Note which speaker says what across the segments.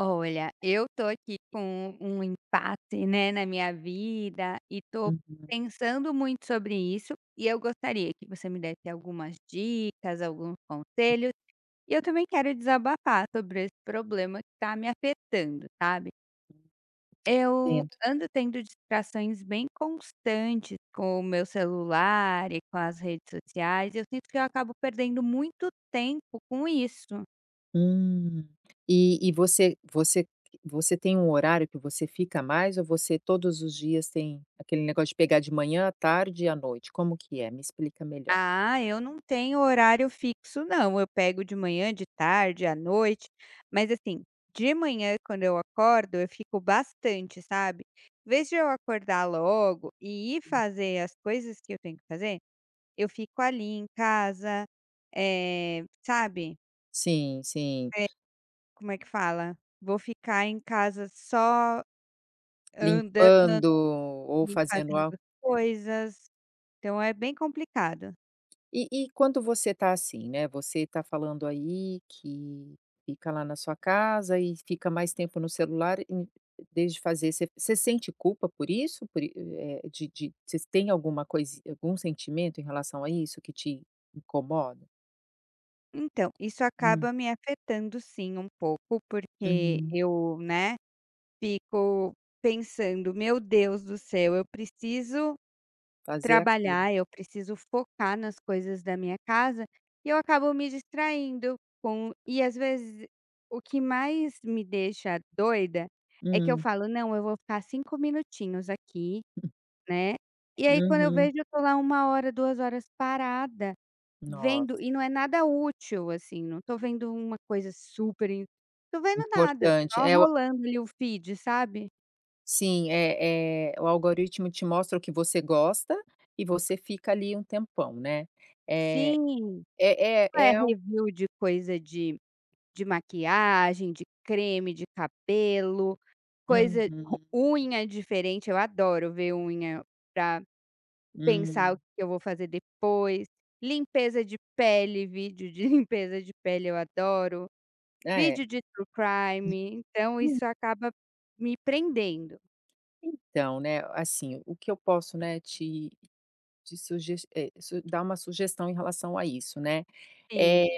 Speaker 1: Olha, eu tô aqui com um impasse, né, na minha vida e tô
Speaker 2: Uhum.
Speaker 1: pensando muito sobre isso e eu gostaria que você me desse algumas dicas, alguns conselhos. E eu também quero desabafar sobre esse problema que tá me afetando, sabe? Eu
Speaker 2: Entendo.
Speaker 1: ando tendo distrações bem constantes com o meu celular e com as redes sociais e eu sinto que eu acabo perdendo muito tempo com isso.
Speaker 2: Hum. E você tem um horário que você fica mais ou você todos os dias tem aquele negócio de pegar de manhã, à tarde e à noite, como que é? Me explica melhor.
Speaker 1: Ah, eu não tenho horário fixo não, eu pego de manhã, de tarde, à noite, mas assim, de manhã quando eu acordo eu fico bastante, sabe. Em vez de eu acordar logo e ir fazer as coisas que eu tenho que fazer, eu fico ali em casa, sabe,
Speaker 2: Sim, sim.
Speaker 1: eh, como é que fala? Vou ficar em casa só andando
Speaker 2: Limpando ou
Speaker 1: e
Speaker 2: fazendo
Speaker 1: fazendo
Speaker 2: algo.
Speaker 1: coisas, então é bem complicado.
Speaker 2: E quando você tá assim, né, você tá falando aí que fica lá na sua casa e fica mais tempo no celular em vez fazer você sente culpa por isso? Por i eh, de você tem alguma coisa, algum sentimento em relação a isso que te incomoda?
Speaker 1: Então, isso
Speaker 2: Hum,
Speaker 1: acaba me afetando sim um pouco, porque
Speaker 2: uhum.
Speaker 1: eu, né, fico pensando: "Meu Deus do céu, eu preciso
Speaker 2: Fazer aquilo.
Speaker 1: trabalhar, eu preciso focar nas coisas da minha casa", e eu acabo me distraindo com e às vezes o que mais me deixa doida é que eu
Speaker 2: Hum,
Speaker 1: falo: "Não, eu vou ficar 5 minutinhos aqui", né, e aí quando eu vejo
Speaker 2: uhum.
Speaker 1: eu tô lá uma hora, 2 horas parada. Vendo
Speaker 2: Nossa,
Speaker 1: e não é nada útil, assim, não tô vendo uma coisa super in tô vendo nada,
Speaker 2: importante.
Speaker 1: só
Speaker 2: É o
Speaker 1: rolando ali o feed, sabe.
Speaker 2: sim, é é o algoritmo te mostra o que você gosta e você fica ali um tempão, né. Eh
Speaker 1: Sim,
Speaker 2: É é
Speaker 1: é
Speaker 2: é al
Speaker 1: review de coisa de maquiagem, de creme, de cabelo,
Speaker 2: Uhum,
Speaker 1: coisa ro unha diferente, eu adoro ver unha pra pensar o
Speaker 2: hum.
Speaker 1: que eu vou fazer depois, limpeza de pele, vídeo de limpeza de pele eu adoro,
Speaker 2: É.
Speaker 1: vídeo de true crime, então
Speaker 2: Hum.
Speaker 1: isso acaba me prendendo.
Speaker 2: Então, né, assim, o que eu posso, né, te te suges eh, su dar uma sugestão em relação a isso, né. É
Speaker 1: Sim.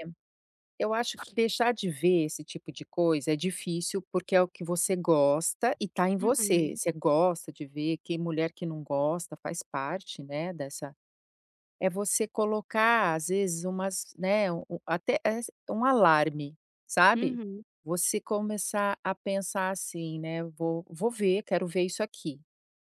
Speaker 2: eu acho que deixar de ver esse tipo de coisa é difícil, porque é o que você gosta e tá em você.
Speaker 1: Uhum.
Speaker 2: Você gosta de ver, que mulher que não gosta, faz parte, né, dessa. É você colocar, às vezes, umas, né, um um- até es um alarme, sabe.
Speaker 1: Uhum.
Speaker 2: Você começar a pensar assim, né: "Vou ver, quero ver isso aqui",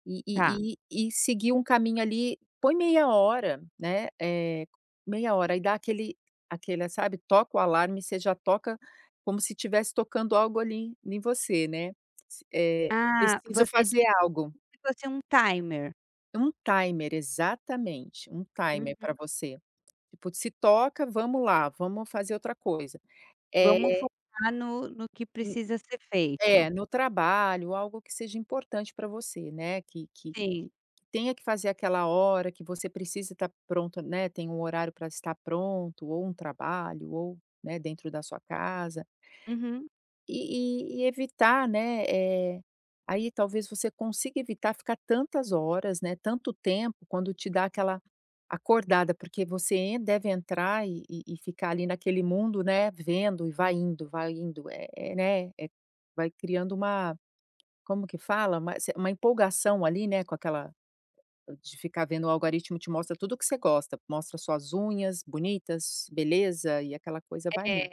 Speaker 2: e
Speaker 1: Tá.
Speaker 2: e e seguir um caminho ali, põe meia hora, né, é meia hora, e dá aquele, sabe, toca o alarme, você já toca como se tivesse tocando algo ali em você, né.
Speaker 1: Ah,
Speaker 2: Preciso
Speaker 1: você
Speaker 2: fazer
Speaker 1: disse
Speaker 2: algo.
Speaker 1: que fosse um timer.
Speaker 2: Um timer, exatamente, um timer para
Speaker 1: Uhum.
Speaker 2: você. Tipo, se toca, vamos lá, vamos fazer outra coisa.
Speaker 1: Vamos
Speaker 2: Eh,
Speaker 1: focar no que
Speaker 2: n
Speaker 1: precisa ser feito.
Speaker 2: é, no trabalho, algo que seja importante para você, né, que que
Speaker 1: Sim.
Speaker 2: que tenha que fazer aquela hora, que você precisa estar pronto, né, tem um horário para estar pronto, ou um trabalho, ou, né, dentro da sua casa.
Speaker 1: Uhum.
Speaker 2: Evitar, aí talvez você consiga evitar ficar tantas horas, né, tanto tempo, quando te dá aquela acordada, porque você en deve entrar e ficar ali naquele mundo, né, vendo e vai indo, vai indo, vai criando uma como que fala? Uma se uma empolgação ali, né, com aquela de ficar vendo o algoritmo te mostra tudo o que você gosta, mostra suas unhas bonitas, beleza, e aquela coisa vai indo.
Speaker 1: É.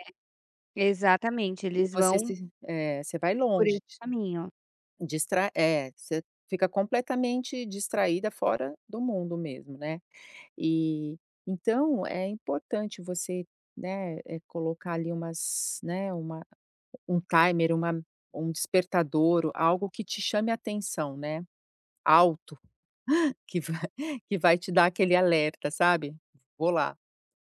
Speaker 1: Exatamente,
Speaker 2: E
Speaker 1: eles
Speaker 2: você
Speaker 1: vão
Speaker 2: se é, você vai
Speaker 1: por esse
Speaker 2: longe.
Speaker 1: caminho.
Speaker 2: Distra é, você fica completamente distraída fora do mundo mesmo, né. E então é importante você, né, colocar ali umas, né, uma um timer, uma um despertador, algo que te chame atenção, né, alto, que vai que vai te dar aquele alerta, sabe. "Vou lá".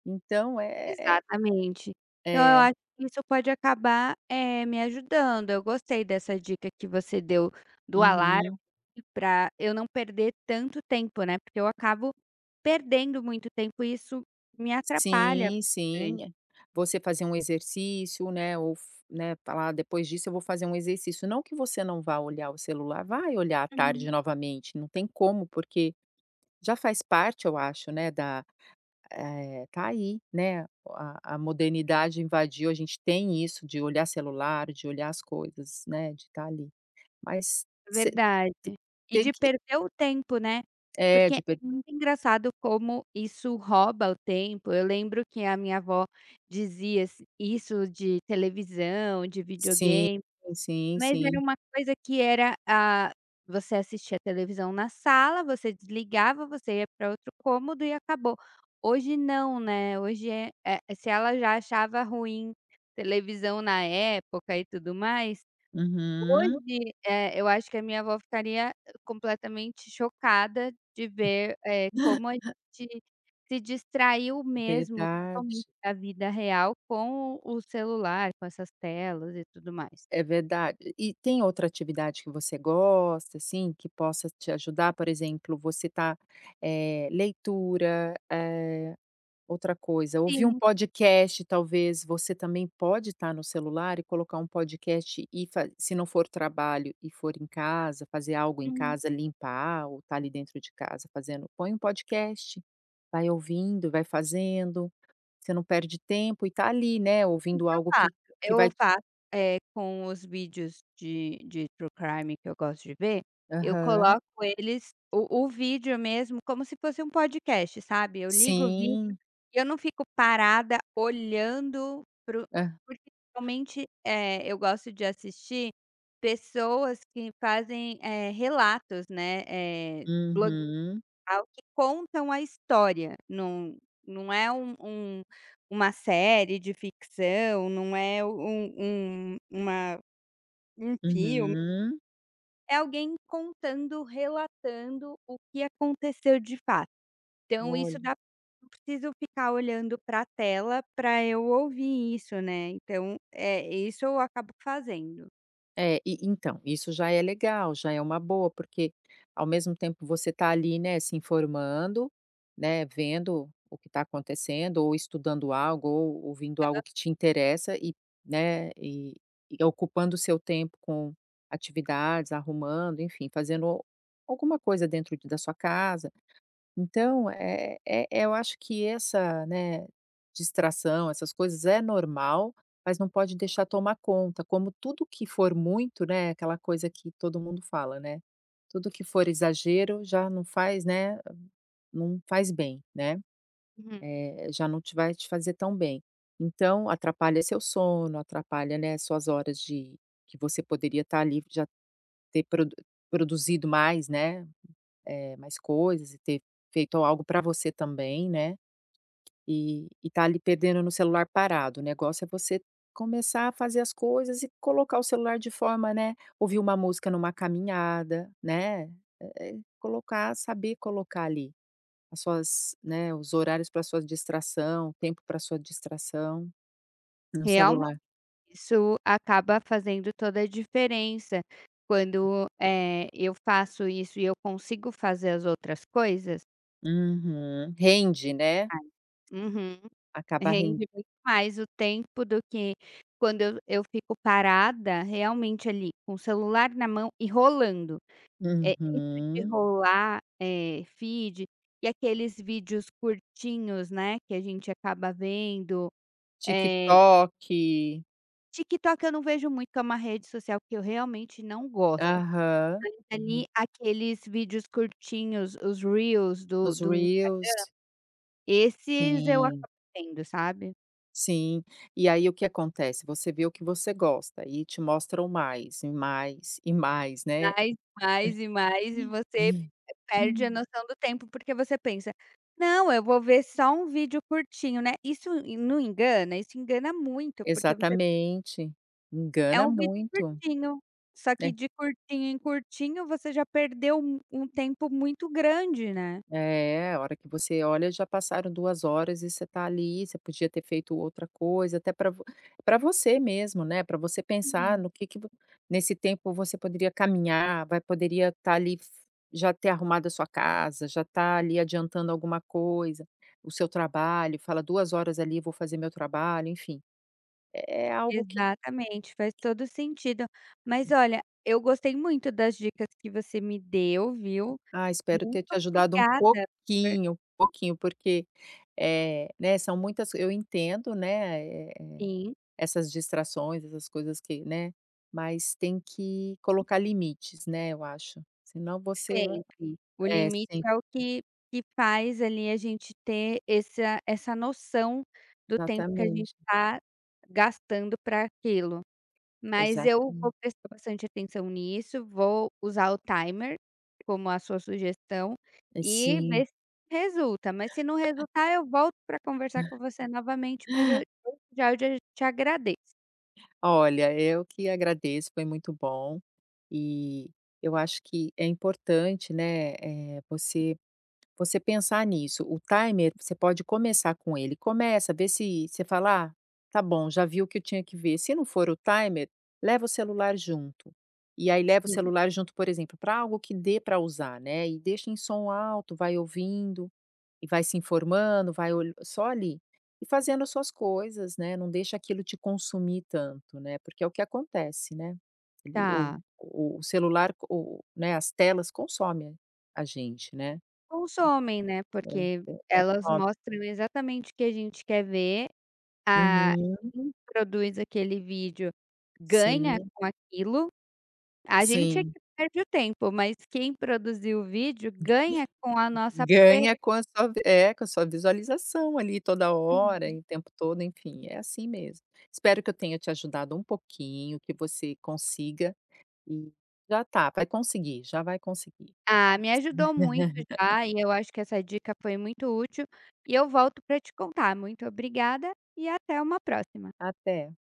Speaker 2: Então é é
Speaker 1: Exatamente. Então eu
Speaker 2: é.
Speaker 1: acho que isso pode acabar, me ajudando. Eu gostei dessa dica que você deu do alarme
Speaker 2: Uhum.
Speaker 1: para eu não perder tanto tempo, né, porque eu acabo perdendo muito tempo e isso me atrapalha.
Speaker 2: Sim, sim. É. Você fazer um exercício, né, ou f né, falar: "Depois disso eu vou fazer um exercício". Não que você não vá olhar o celular, vai olhar à
Speaker 1: Uhum.
Speaker 2: tarde novamente, não tem como, porque já faz parte, eu acho, né, da tá aí, né, a modernidade invadiu, a gente tem isso de olhar celular, de olhar as coisas, né, de estar ali. Mas você
Speaker 1: Verdade.
Speaker 2: te
Speaker 1: E
Speaker 2: tem
Speaker 1: de
Speaker 2: que
Speaker 1: perder o tempo, né.
Speaker 2: é,
Speaker 1: Porque é
Speaker 2: de per
Speaker 1: muito engraçado como isso rouba o tempo. Eu lembro que a minha avó dizia s isso de televisão, de
Speaker 2: sim,
Speaker 1: videogame,
Speaker 2: sim,
Speaker 1: mas era
Speaker 2: sim.
Speaker 1: uma coisa que era, a você assistia televisão na sala, você desligava, você ia para outro cômodo e acabou. Hoje não, né, hoje é se ela já achava ruim televisão na época e tudo mais.
Speaker 2: Uhum,
Speaker 1: Hoje, eu acho que a minha avó ficaria completamente chocada de ver, como a gente se distraiu mesmo totalmente
Speaker 2: verdade.
Speaker 1: da vida real com o celular, com essas telas e tudo mais.
Speaker 2: É verdade. E tem outra atividade que você gosta, assim, que possa te ajudar? Por exemplo, você tá leitura, outra coisa, ouvir um
Speaker 1: Sim,
Speaker 2: podcast, talvez, você também pode estar no celular e colocar um podcast e fa se não for trabalho e for em casa, fazer algo em
Speaker 1: uhum.
Speaker 2: casa, limpar ou tá ali dentro de casa fazendo, põe um podcast, vai ouvindo, vai fazendo, você não perde tempo e tá ali, né,
Speaker 1: O
Speaker 2: ouvindo
Speaker 1: que eu
Speaker 2: algo
Speaker 1: faço?
Speaker 2: que
Speaker 1: Eu
Speaker 2: vai te
Speaker 1: faço, com os vídeos de true crime que eu gosto de ver, eu
Speaker 2: aham.
Speaker 1: coloco eles o vídeo mesmo como se fosse um podcast, sabe. Eu ligo o vídeo
Speaker 2: Sim.
Speaker 1: e eu não fico parada olhando para o
Speaker 2: Hã.
Speaker 1: porque realmente, eu gosto de assistir pessoas que fazem, relatos, né, eh, blo
Speaker 2: Uhum,
Speaker 1: ao que contam a história, não não é uma série de ficção, não é um um uma um filme,
Speaker 2: uhum.
Speaker 1: é alguém contando, relatando o que aconteceu de fato. Então isso
Speaker 2: Olha.
Speaker 1: dá não preciso ficar olhando para a tela para eu ouvir isso, né, então, é isso eu acabo fazendo.
Speaker 2: É, e então, isso já é legal, já é uma boa, porque ao mesmo tempo você está ali, né, se informando, né, vendo o que está acontecendo, ou estudando algo, ou ouvindo algo que te interessa e, né, e ocupando o seu tempo com atividades, arrumando, enfim, fazendo alguma coisa dentro de- da sua casa. Então, eu acho que essa, né, distração, essas coisas é normal, mas não pode deixar tomar conta, como tudo que for muito, né, aquela coisa que todo mundo fala, né, tudo que for exagero já não faz, né, não faz bem, né,
Speaker 1: Uhum.
Speaker 2: já não te vai te fazer tão bem. Então atrapalha seu sono, atrapalha, né, suas horas de que você poderia estar ali já ter produzido mais, né mais coisas e ter feito algo para você também, né, e tá ali perdendo no celular parado. O negócio é você começar a fazer as coisas e colocar o celular de forma, né, ouvir uma música numa caminhada, né, colocar saber colocar ali as suas né, os horários pra sua distração, o tempo pra sua distração no celular.
Speaker 1: Isso acaba fazendo toda a diferença. Quando, eu faço isso e eu consigo fazer as outras coisas,
Speaker 2: Uhum. Rende, né,
Speaker 1: uhum,
Speaker 2: acaba ren
Speaker 1: rende muito mais o tempo do que quando eu fico parada realmente ali com o celular na mão e rolando. É isso de
Speaker 2: uhum.
Speaker 1: rolar, feed e aqueles vídeos curtinhos, né, que a gente acaba vendo, eh,
Speaker 2: TikTok.
Speaker 1: TikTok eu não vejo muito, que é uma rede social que eu realmente não gosto.
Speaker 2: Aham.
Speaker 1: Bastante
Speaker 2: Aham.
Speaker 1: ali aqueles vídeos curtinhos, os reels do
Speaker 2: Nos
Speaker 1: do Insta
Speaker 2: reels.
Speaker 1: esses eu
Speaker 2: Sim.
Speaker 1: acabo vendo, sabe.
Speaker 2: Sim. E aí o que acontece? Você vê o que você gosta e te mostram mais, e mais, e mais, né.
Speaker 1: Mais, mais e mais e você perde a
Speaker 2: Hum.
Speaker 1: noção do tempo, porque você pensa: "Não, eu vou ver só um vídeo curtinho", né. Isso não engana? Isso engana muito, porque você
Speaker 2: Exatamente.
Speaker 1: é
Speaker 2: Engana
Speaker 1: um vídeo
Speaker 2: muito.
Speaker 1: curtinho, só
Speaker 2: É
Speaker 1: que de curtinho em curtinho você já perdeu um tempo muito grande, né.
Speaker 2: É, a hora que você olha já passaram 2 horas e você está ali, você podia ter feito outra coisa, até para você mesmo, né. Para você pensar
Speaker 1: Uhum.
Speaker 2: no que vo nesse tempo você poderia caminhar, vai poderia estar ali f já ter arrumado a sua casa, já tá ali adiantando alguma coisa, o seu trabalho, fala: 2 horas ali, vou fazer meu trabalho", enfim. É é algo que
Speaker 1: Exatamente, faz todo sentido. Mas olha, eu gostei muito das dicas que você me deu, viu.
Speaker 2: ah, espero
Speaker 1: Muito
Speaker 2: ter te ajudado
Speaker 1: obrigada por
Speaker 2: um pouquinho, porque, é né, são muitas eu entendo, né,
Speaker 1: sim,
Speaker 2: essas distrações, essas coisas que, né, mas tem que colocar limites, né, eu acho, senão você va
Speaker 1: sempre. O
Speaker 2: é,
Speaker 1: limite
Speaker 2: sim,
Speaker 1: é o que que faz ali a gente ter essa noção do tempo que a gente
Speaker 2: exatamente,
Speaker 1: está gastando para aquilo. Mas eu vou
Speaker 2: exatamente.
Speaker 1: prestar bastante atenção nisso, vou usar o timer, como a sua sugestão,
Speaker 2: É,
Speaker 1: e
Speaker 2: sim.
Speaker 1: ver se resulta, mas se não resultar eu volto para conversar com você novamente, mas eu já já te agradeço.
Speaker 2: Olha, eu que agradeço, foi muito bom, e eu acho que é importante, né, você Você pensar nisso, o timer você pode começar com ele, começa, vê se você fala: "Ah, tá bom, já vi o que eu tinha que ver", se não for o timer, leva o celular junto. E aí leva o
Speaker 1: Sim,
Speaker 2: celular junto, por exemplo, para algo que dê para usar, né, e deixa em som alto, vai ouvindo, e vai se informando, vai olha só ali, e fazendo as suas coisas, né, não deixa aquilo te consumir tanto, né, porque é o que acontece, né, ele
Speaker 1: tá.
Speaker 2: o celular o né, as telas consomem a gente, né.
Speaker 1: Consomem, né, porque
Speaker 2: É, é,
Speaker 1: elas
Speaker 2: consome.
Speaker 1: mostram exatamente o que a gente quer ver, a
Speaker 2: Uhum.
Speaker 1: quem produz aquele vídeo ganha
Speaker 2: Sim,
Speaker 1: com aquilo. A gente é
Speaker 2: sim.
Speaker 1: que perde o tempo, mas quem produziu o vídeo ganha com a nossa per
Speaker 2: Ganha com a sua vi é, com a sua visualização ali toda hora e o tempo todo, enfim, é assim mesmo. Espero que eu tenha te ajudado um pouquinho, que você consiga e já tá, vai conseguir, já vai conseguir.
Speaker 1: Ah, me ajudou muito já, e eu acho que essa dica foi muito útil, e eu volto para te contar. Muito obrigada e até uma próxima.
Speaker 2: Até.